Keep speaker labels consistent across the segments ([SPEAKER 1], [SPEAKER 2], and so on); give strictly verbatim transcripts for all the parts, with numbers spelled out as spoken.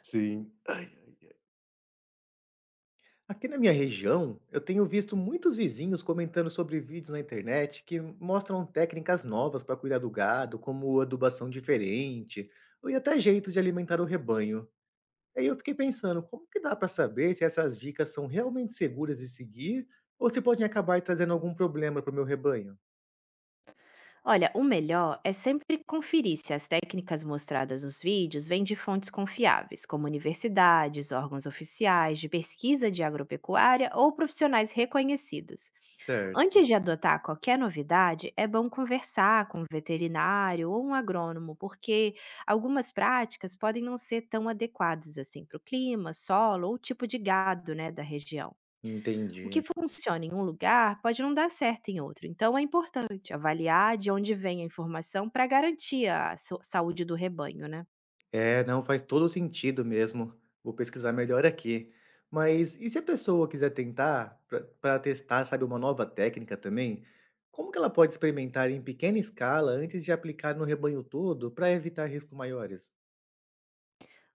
[SPEAKER 1] Sim. Ai. Aqui na minha região, eu tenho visto muitos vizinhos comentando sobre vídeos na internet que mostram técnicas novas para cuidar do gado, como adubação diferente, ou e até jeitos de alimentar o rebanho. Aí eu fiquei pensando, como que dá para saber se essas dicas são realmente seguras de seguir ou se podem acabar trazendo algum problema para o meu rebanho?
[SPEAKER 2] Olha, o melhor é sempre conferir se as técnicas mostradas nos vídeos vêm de fontes confiáveis, como universidades, órgãos oficiais de pesquisa de agropecuária ou profissionais reconhecidos.
[SPEAKER 1] Certo,
[SPEAKER 2] Antes de adotar qualquer novidade, é bom conversar com um veterinário ou um agrônomo, porque algumas práticas podem não ser tão adequadas assim para o clima, solo ou tipo de gado, né, da região. O que
[SPEAKER 1] entendi.
[SPEAKER 2] funciona em um lugar pode não dar certo em outro, então é importante avaliar de onde vem a informação para garantir a sau- saúde do rebanho, né?
[SPEAKER 1] É, não, faz todo o sentido mesmo. Vou pesquisar melhor aqui. Mas e se a pessoa quiser tentar para testar, sabe, uma nova técnica também, como que ela pode experimentar em pequena escala antes de aplicar no rebanho todo para evitar riscos maiores?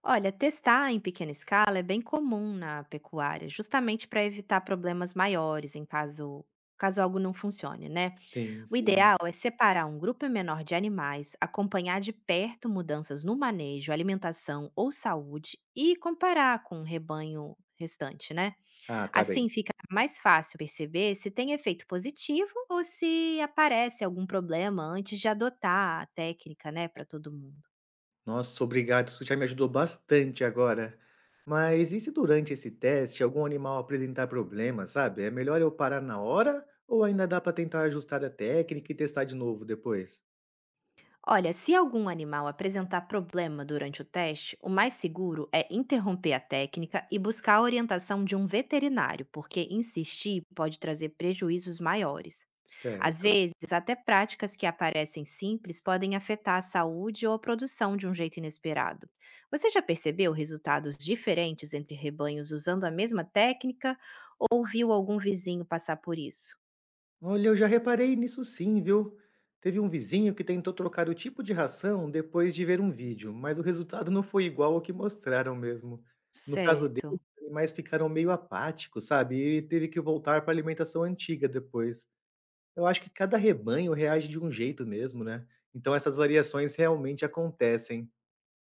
[SPEAKER 2] Olha, testar em pequena escala é bem comum na pecuária, justamente para evitar problemas maiores em caso caso algo não funcione, né?
[SPEAKER 1] Sim,
[SPEAKER 2] O
[SPEAKER 1] sim.
[SPEAKER 2] ideal é separar um grupo menor de animais, acompanhar de perto mudanças no manejo, alimentação ou saúde e comparar com o rebanho restante, né?
[SPEAKER 1] Ah, tá bem.
[SPEAKER 2] Assim fica mais fácil perceber se tem efeito positivo ou se aparece algum problema antes de adotar a técnica, né, para todo mundo.
[SPEAKER 1] Nossa, obrigado. Isso já me ajudou bastante agora. Mas e se durante esse teste algum animal apresentar problemas, sabe? É melhor eu parar na hora ou ainda dá para tentar ajustar a técnica e testar de novo depois?
[SPEAKER 2] Olha, se algum animal apresentar problema durante o teste, o mais seguro é interromper a técnica e buscar a orientação de um veterinário, porque insistir pode trazer prejuízos maiores. Às
[SPEAKER 1] Certo.
[SPEAKER 2] vezes, até práticas que aparecem simples podem afetar a saúde ou a produção de um jeito inesperado. Você já percebeu resultados diferentes entre rebanhos usando a mesma técnica ou viu algum vizinho passar por isso?
[SPEAKER 1] Olha, eu já reparei nisso sim, viu? Teve um vizinho que tentou trocar o tipo de ração depois de ver um vídeo, mas o resultado não foi igual ao que mostraram mesmo. No caso dele,
[SPEAKER 2] Certo.
[SPEAKER 1] os animais ficaram meio apáticos, sabe? E teve que voltar para a alimentação antiga depois. Eu acho que cada rebanho reage de um jeito mesmo, né? Então essas variações realmente acontecem.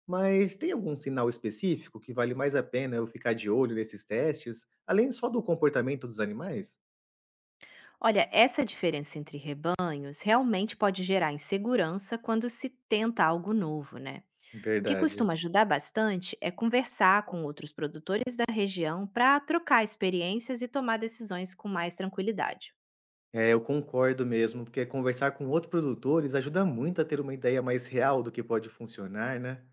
[SPEAKER 1] Mas tem algum sinal específico que vale mais a pena eu ficar de olho nesses testes, além só do comportamento dos animais?
[SPEAKER 2] Olha, essa diferença entre rebanhos realmente pode gerar insegurança quando se tenta algo novo, né? O que
[SPEAKER 1] Verdade.
[SPEAKER 2] costuma ajudar bastante é conversar com outros produtores da região para trocar experiências e tomar decisões com mais tranquilidade.
[SPEAKER 1] É, eu concordo mesmo, porque conversar com outros produtores ajuda muito a ter uma ideia mais real do que pode funcionar, né?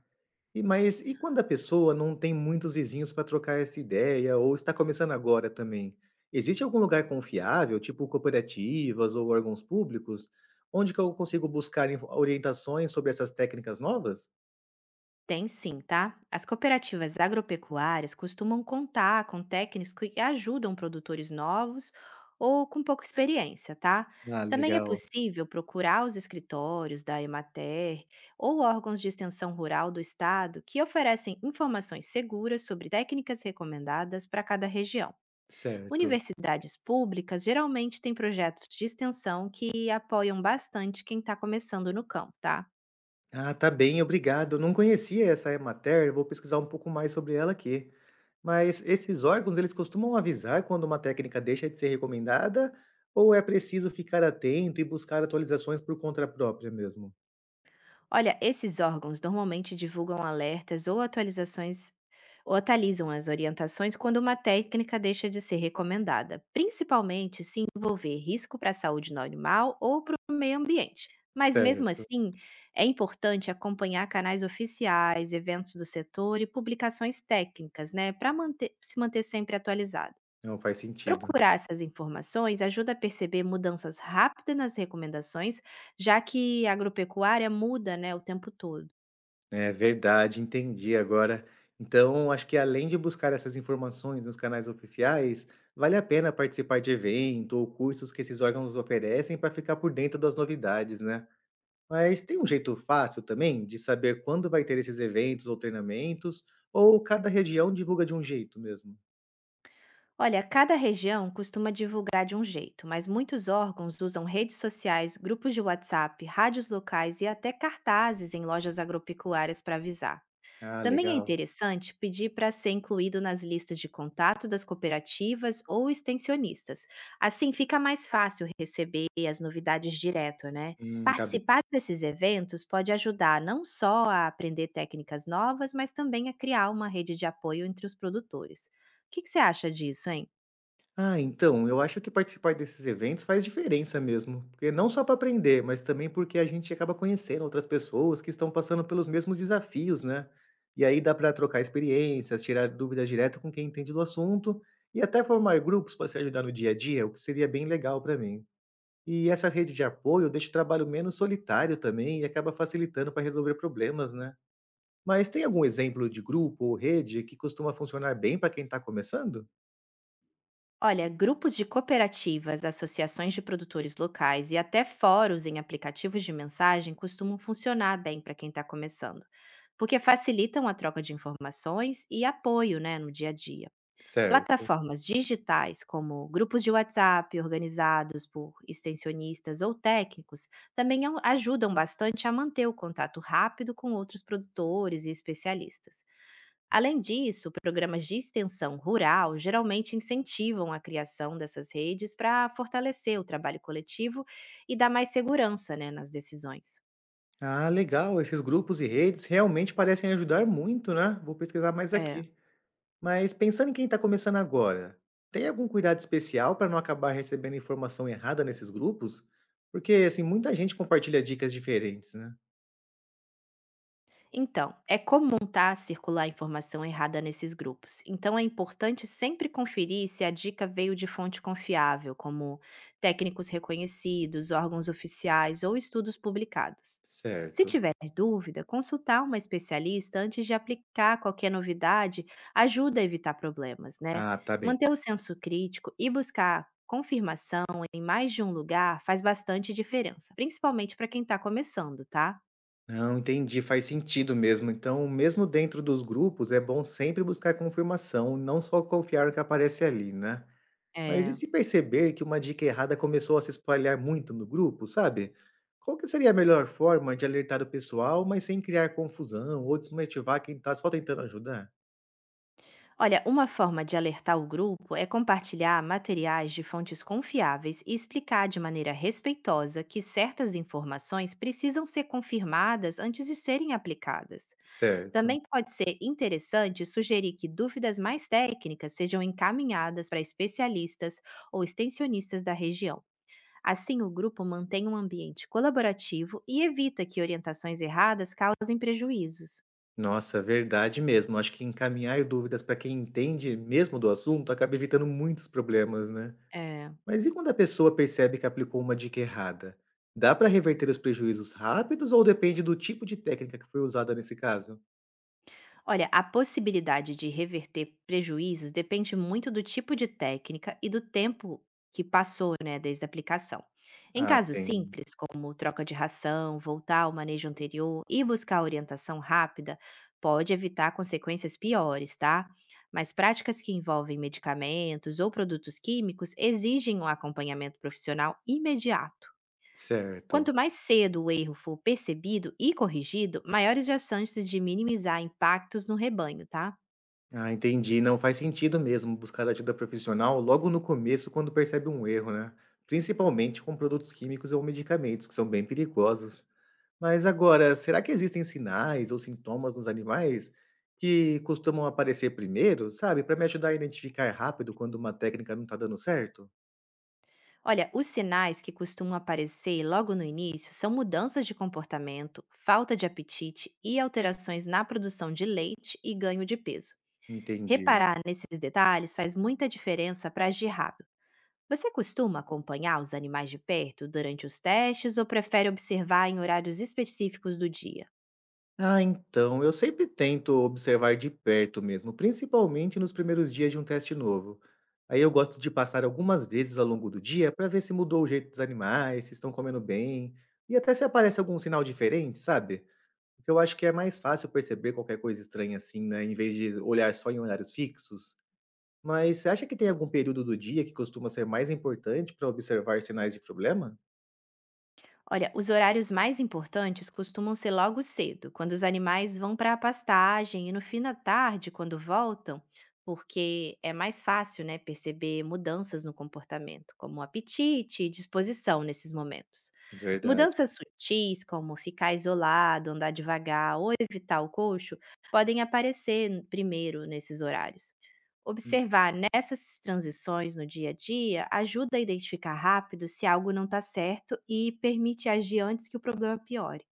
[SPEAKER 1] E mas e quando a pessoa não tem muitos vizinhos para trocar essa ideia ou está começando agora também? Existe algum lugar confiável, tipo cooperativas ou órgãos públicos, onde que eu consigo buscar info- orientações sobre essas técnicas novas?
[SPEAKER 2] Tem sim, tá? As cooperativas agropecuárias costumam contar com técnicos que ajudam produtores novos ou com pouca experiência, tá?
[SPEAKER 1] Ah,
[SPEAKER 2] Também é
[SPEAKER 1] legal.
[SPEAKER 2] possível procurar os escritórios da Emater ou órgãos de extensão rural do estado que oferecem informações seguras sobre técnicas recomendadas para cada região.
[SPEAKER 1] Certo.
[SPEAKER 2] Universidades públicas geralmente têm projetos de extensão que apoiam bastante quem está começando no campo, tá?
[SPEAKER 1] Ah, tá bem, obrigado. Não conhecia essa Emater, vou pesquisar um pouco mais sobre ela aqui. Mas esses órgãos, eles costumam avisar quando uma técnica deixa de ser recomendada ou é preciso ficar atento e buscar atualizações por conta própria mesmo?
[SPEAKER 2] Olha, esses órgãos normalmente divulgam alertas ou atualizações ou atualizam as orientações quando uma técnica deixa de ser recomendada, principalmente se envolver risco para a saúde no animal ou para o meio ambiente. Mas mesmo
[SPEAKER 1] Certo.
[SPEAKER 2] assim, é importante acompanhar canais oficiais, eventos do setor e publicações técnicas, né, para se manter sempre atualizado.
[SPEAKER 1] Não faz sentido.
[SPEAKER 2] Procurar essas informações ajuda a perceber mudanças rápidas nas recomendações, já que a agropecuária muda, né, o tempo todo.
[SPEAKER 1] É verdade, entendi agora. Então, acho que além de buscar essas informações nos canais oficiais, vale a pena participar de evento ou cursos que esses órgãos oferecem para ficar por dentro das novidades, né? Mas tem um jeito fácil também de saber quando vai ter esses eventos ou treinamentos, ou cada região divulga de um jeito mesmo?
[SPEAKER 2] Olha, cada região costuma divulgar de um jeito, mas muitos órgãos usam redes sociais, grupos de WhatsApp, rádios locais e até cartazes em lojas agropecuárias para avisar.
[SPEAKER 1] Ah,
[SPEAKER 2] Também é
[SPEAKER 1] legal.
[SPEAKER 2] interessante pedir para ser incluído nas listas de contato das cooperativas ou extensionistas. Assim fica mais fácil receber as novidades direto, né?
[SPEAKER 1] Hum, tá bem.
[SPEAKER 2] Participar desses eventos pode ajudar não só a aprender técnicas novas, mas também a criar uma rede de apoio entre os produtores. O que, que você acha disso, hein?
[SPEAKER 1] Ah, então, eu acho que participar desses eventos faz diferença mesmo, porque não só para aprender, mas também porque a gente acaba conhecendo outras pessoas que estão passando pelos mesmos desafios, né? E aí dá para trocar experiências, tirar dúvidas direto com quem entende do assunto e até formar grupos para se ajudar no dia a dia, o que seria bem legal para mim. E essa rede de apoio deixa o trabalho menos solitário também e acaba facilitando para resolver problemas, né? Mas tem algum exemplo de grupo ou rede que costuma funcionar bem para quem está começando?
[SPEAKER 2] Olha, grupos de cooperativas, associações de produtores locais e até fóruns em aplicativos de mensagem costumam funcionar bem para quem está começando, porque facilitam a troca de informações e apoio, né, no dia a dia.
[SPEAKER 1] Certo.
[SPEAKER 2] Plataformas digitais como grupos de WhatsApp organizados por extensionistas ou técnicos também au- ajudam bastante a manter o contato rápido com outros produtores e especialistas. Além disso, programas de extensão rural geralmente incentivam a criação dessas redes para fortalecer o trabalho coletivo e dar mais segurança, né, nas decisões.
[SPEAKER 1] Ah, legal, esses grupos e redes realmente parecem ajudar muito, né? Vou pesquisar mais
[SPEAKER 2] É.
[SPEAKER 1] aqui. Mas pensando em quem está começando agora, tem algum cuidado especial para não acabar recebendo informação errada nesses grupos? Porque, assim, muita gente compartilha dicas diferentes, né?
[SPEAKER 2] Então, é comum, tá, circular informação errada nesses grupos. Então, é importante sempre conferir se a dica veio de fonte confiável, como técnicos reconhecidos, órgãos oficiais ou estudos publicados. Se
[SPEAKER 1] Certo.
[SPEAKER 2] tiver dúvida, consultar uma especialista antes de aplicar qualquer novidade ajuda a evitar problemas, né?
[SPEAKER 1] Ah, tá bem.
[SPEAKER 2] Manter o senso crítico e buscar confirmação em mais de um lugar faz bastante diferença, principalmente para quem está começando, tá?
[SPEAKER 1] Não, entendi, faz sentido mesmo. Então, mesmo dentro dos grupos, é bom sempre buscar confirmação, não só confiar no que aparece ali, né? Mas e
[SPEAKER 2] É.
[SPEAKER 1] se perceber que uma dica errada começou a se espalhar muito no grupo, sabe? Qual que seria a melhor forma de alertar o pessoal, mas sem criar confusão ou desmotivar quem tá só tentando ajudar?
[SPEAKER 2] Olha, uma forma de alertar o grupo é compartilhar materiais de fontes confiáveis e explicar de maneira respeitosa que certas informações precisam ser confirmadas antes de serem aplicadas.
[SPEAKER 1] Certo.
[SPEAKER 2] Também pode ser interessante sugerir que dúvidas mais técnicas sejam encaminhadas para especialistas ou extensionistas da região. Assim, o grupo mantém um ambiente colaborativo e evita que orientações erradas causem prejuízos.
[SPEAKER 1] Nossa, verdade mesmo. Acho que encaminhar dúvidas para quem entende mesmo do assunto acaba evitando muitos problemas, né?
[SPEAKER 2] É.
[SPEAKER 1] Mas e quando a pessoa percebe que aplicou uma dica errada? Dá para reverter os prejuízos rápidos ou depende do tipo de técnica que foi usada nesse caso?
[SPEAKER 2] Olha, a possibilidade de reverter prejuízos depende muito do tipo de técnica e do tempo que passou, né, desde a aplicação. Em
[SPEAKER 1] Ah,
[SPEAKER 2] casos
[SPEAKER 1] sim.
[SPEAKER 2] simples, como troca de ração, voltar ao manejo anterior e buscar orientação rápida, pode evitar consequências piores, tá? Mas práticas que envolvem medicamentos ou produtos químicos exigem um acompanhamento profissional imediato.
[SPEAKER 1] Certo.
[SPEAKER 2] Quanto mais cedo o erro for percebido e corrigido, maiores as chances de minimizar impactos no rebanho, tá?
[SPEAKER 1] Ah, entendi. Não faz sentido mesmo buscar ajuda profissional logo no começo quando percebe um erro, né? Principalmente com produtos químicos ou medicamentos, que são bem perigosos. Mas agora, será que existem sinais ou sintomas nos animais que costumam aparecer primeiro, sabe? Para me ajudar a identificar rápido quando uma técnica não está dando certo?
[SPEAKER 2] Olha, os sinais que costumam aparecer logo no início são mudanças de comportamento, falta de apetite e alterações na produção de leite e ganho de peso.
[SPEAKER 1] Entendi.
[SPEAKER 2] Reparar nesses detalhes faz muita diferença para agir rápido. Você costuma acompanhar os animais de perto durante os testes ou prefere observar em horários específicos do dia?
[SPEAKER 1] Ah, então, eu sempre tento observar de perto mesmo, principalmente nos primeiros dias de um teste novo. Aí eu gosto de passar algumas vezes ao longo do dia para ver se mudou o jeito dos animais, se estão comendo bem, e até se aparece algum sinal diferente, sabe? Porque eu acho que é mais fácil perceber qualquer coisa estranha assim, né, em vez de olhar só em horários fixos. Mas você acha que tem algum período do dia que costuma ser mais importante para observar sinais de problema?
[SPEAKER 2] Olha, os horários mais importantes costumam ser logo cedo, quando os animais vão para a pastagem e no fim da tarde, quando voltam, porque é mais fácil, né, perceber mudanças no comportamento, como apetite e disposição nesses momentos.
[SPEAKER 1] Verdade.
[SPEAKER 2] Mudanças sutis, como ficar isolado, andar devagar ou evitar o coxo, podem aparecer n- primeiro nesses horários. Observar nessas transições no dia a dia ajuda a identificar rápido se algo não está certo e permite agir antes que o problema piore.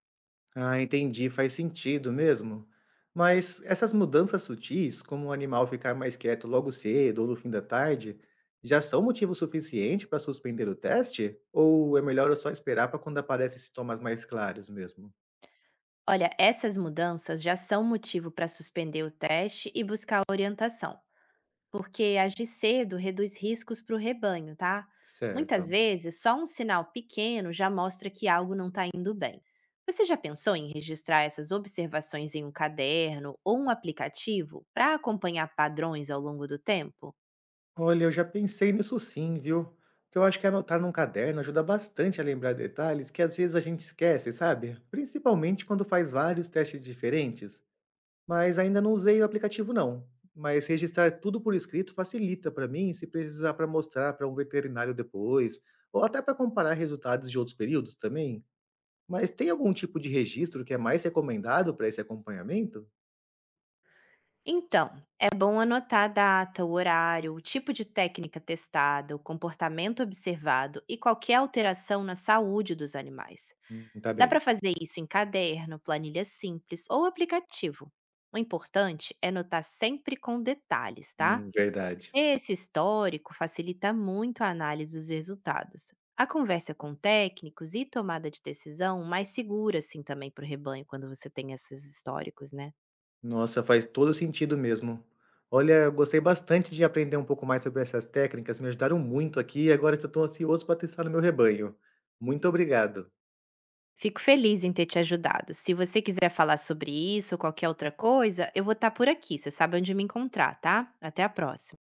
[SPEAKER 1] Ah, entendi, faz sentido mesmo. Mas essas mudanças sutis, como o animal ficar mais quieto logo cedo ou no fim da tarde, já são motivo suficiente para suspender o teste? Ou é melhor eu só esperar para quando aparecem sintomas mais claros mesmo?
[SPEAKER 2] Olha, essas mudanças já são motivo para suspender o teste e buscar orientação, porque agir cedo reduz riscos para o rebanho, tá? Muitas
[SPEAKER 1] Certo.
[SPEAKER 2] vezes, só um sinal pequeno já mostra que algo não está indo bem. Você já pensou em registrar essas observações em um caderno ou um aplicativo para acompanhar padrões ao longo do tempo?
[SPEAKER 1] Olha, eu já pensei nisso sim, viu? Que eu acho que anotar num caderno ajuda bastante a lembrar detalhes que às vezes a gente esquece, sabe? Principalmente quando faz vários testes diferentes. Mas ainda não usei o aplicativo não, mas registrar tudo por escrito facilita para mim se precisar para mostrar para um veterinário depois, ou até para comparar resultados de outros períodos também. Mas tem algum tipo de registro que é mais recomendado para esse acompanhamento?
[SPEAKER 2] Então, é bom anotar a data, o horário, o tipo de técnica testada, o comportamento observado e qualquer alteração na saúde dos animais.
[SPEAKER 1] Hum, tá
[SPEAKER 2] Dá
[SPEAKER 1] bem.
[SPEAKER 2] para fazer isso em caderno, planilha simples ou aplicativo. O importante é anotar sempre com detalhes, tá?
[SPEAKER 1] Hum, verdade.
[SPEAKER 2] Esse histórico facilita muito a análise dos resultados. A conversa com técnicos e tomada de decisão mais segura, assim, também para o rebanho, quando você tem esses históricos, né?
[SPEAKER 1] Nossa, faz todo sentido mesmo. Olha, eu gostei bastante de aprender um pouco mais sobre essas técnicas, me ajudaram muito aqui e agora eu estou ansioso para testar no meu rebanho. Muito obrigado.
[SPEAKER 2] Fico feliz em ter te ajudado. Se você quiser falar sobre isso ou qualquer outra coisa, eu vou estar por aqui. Você sabe onde me encontrar, tá? Até a próxima.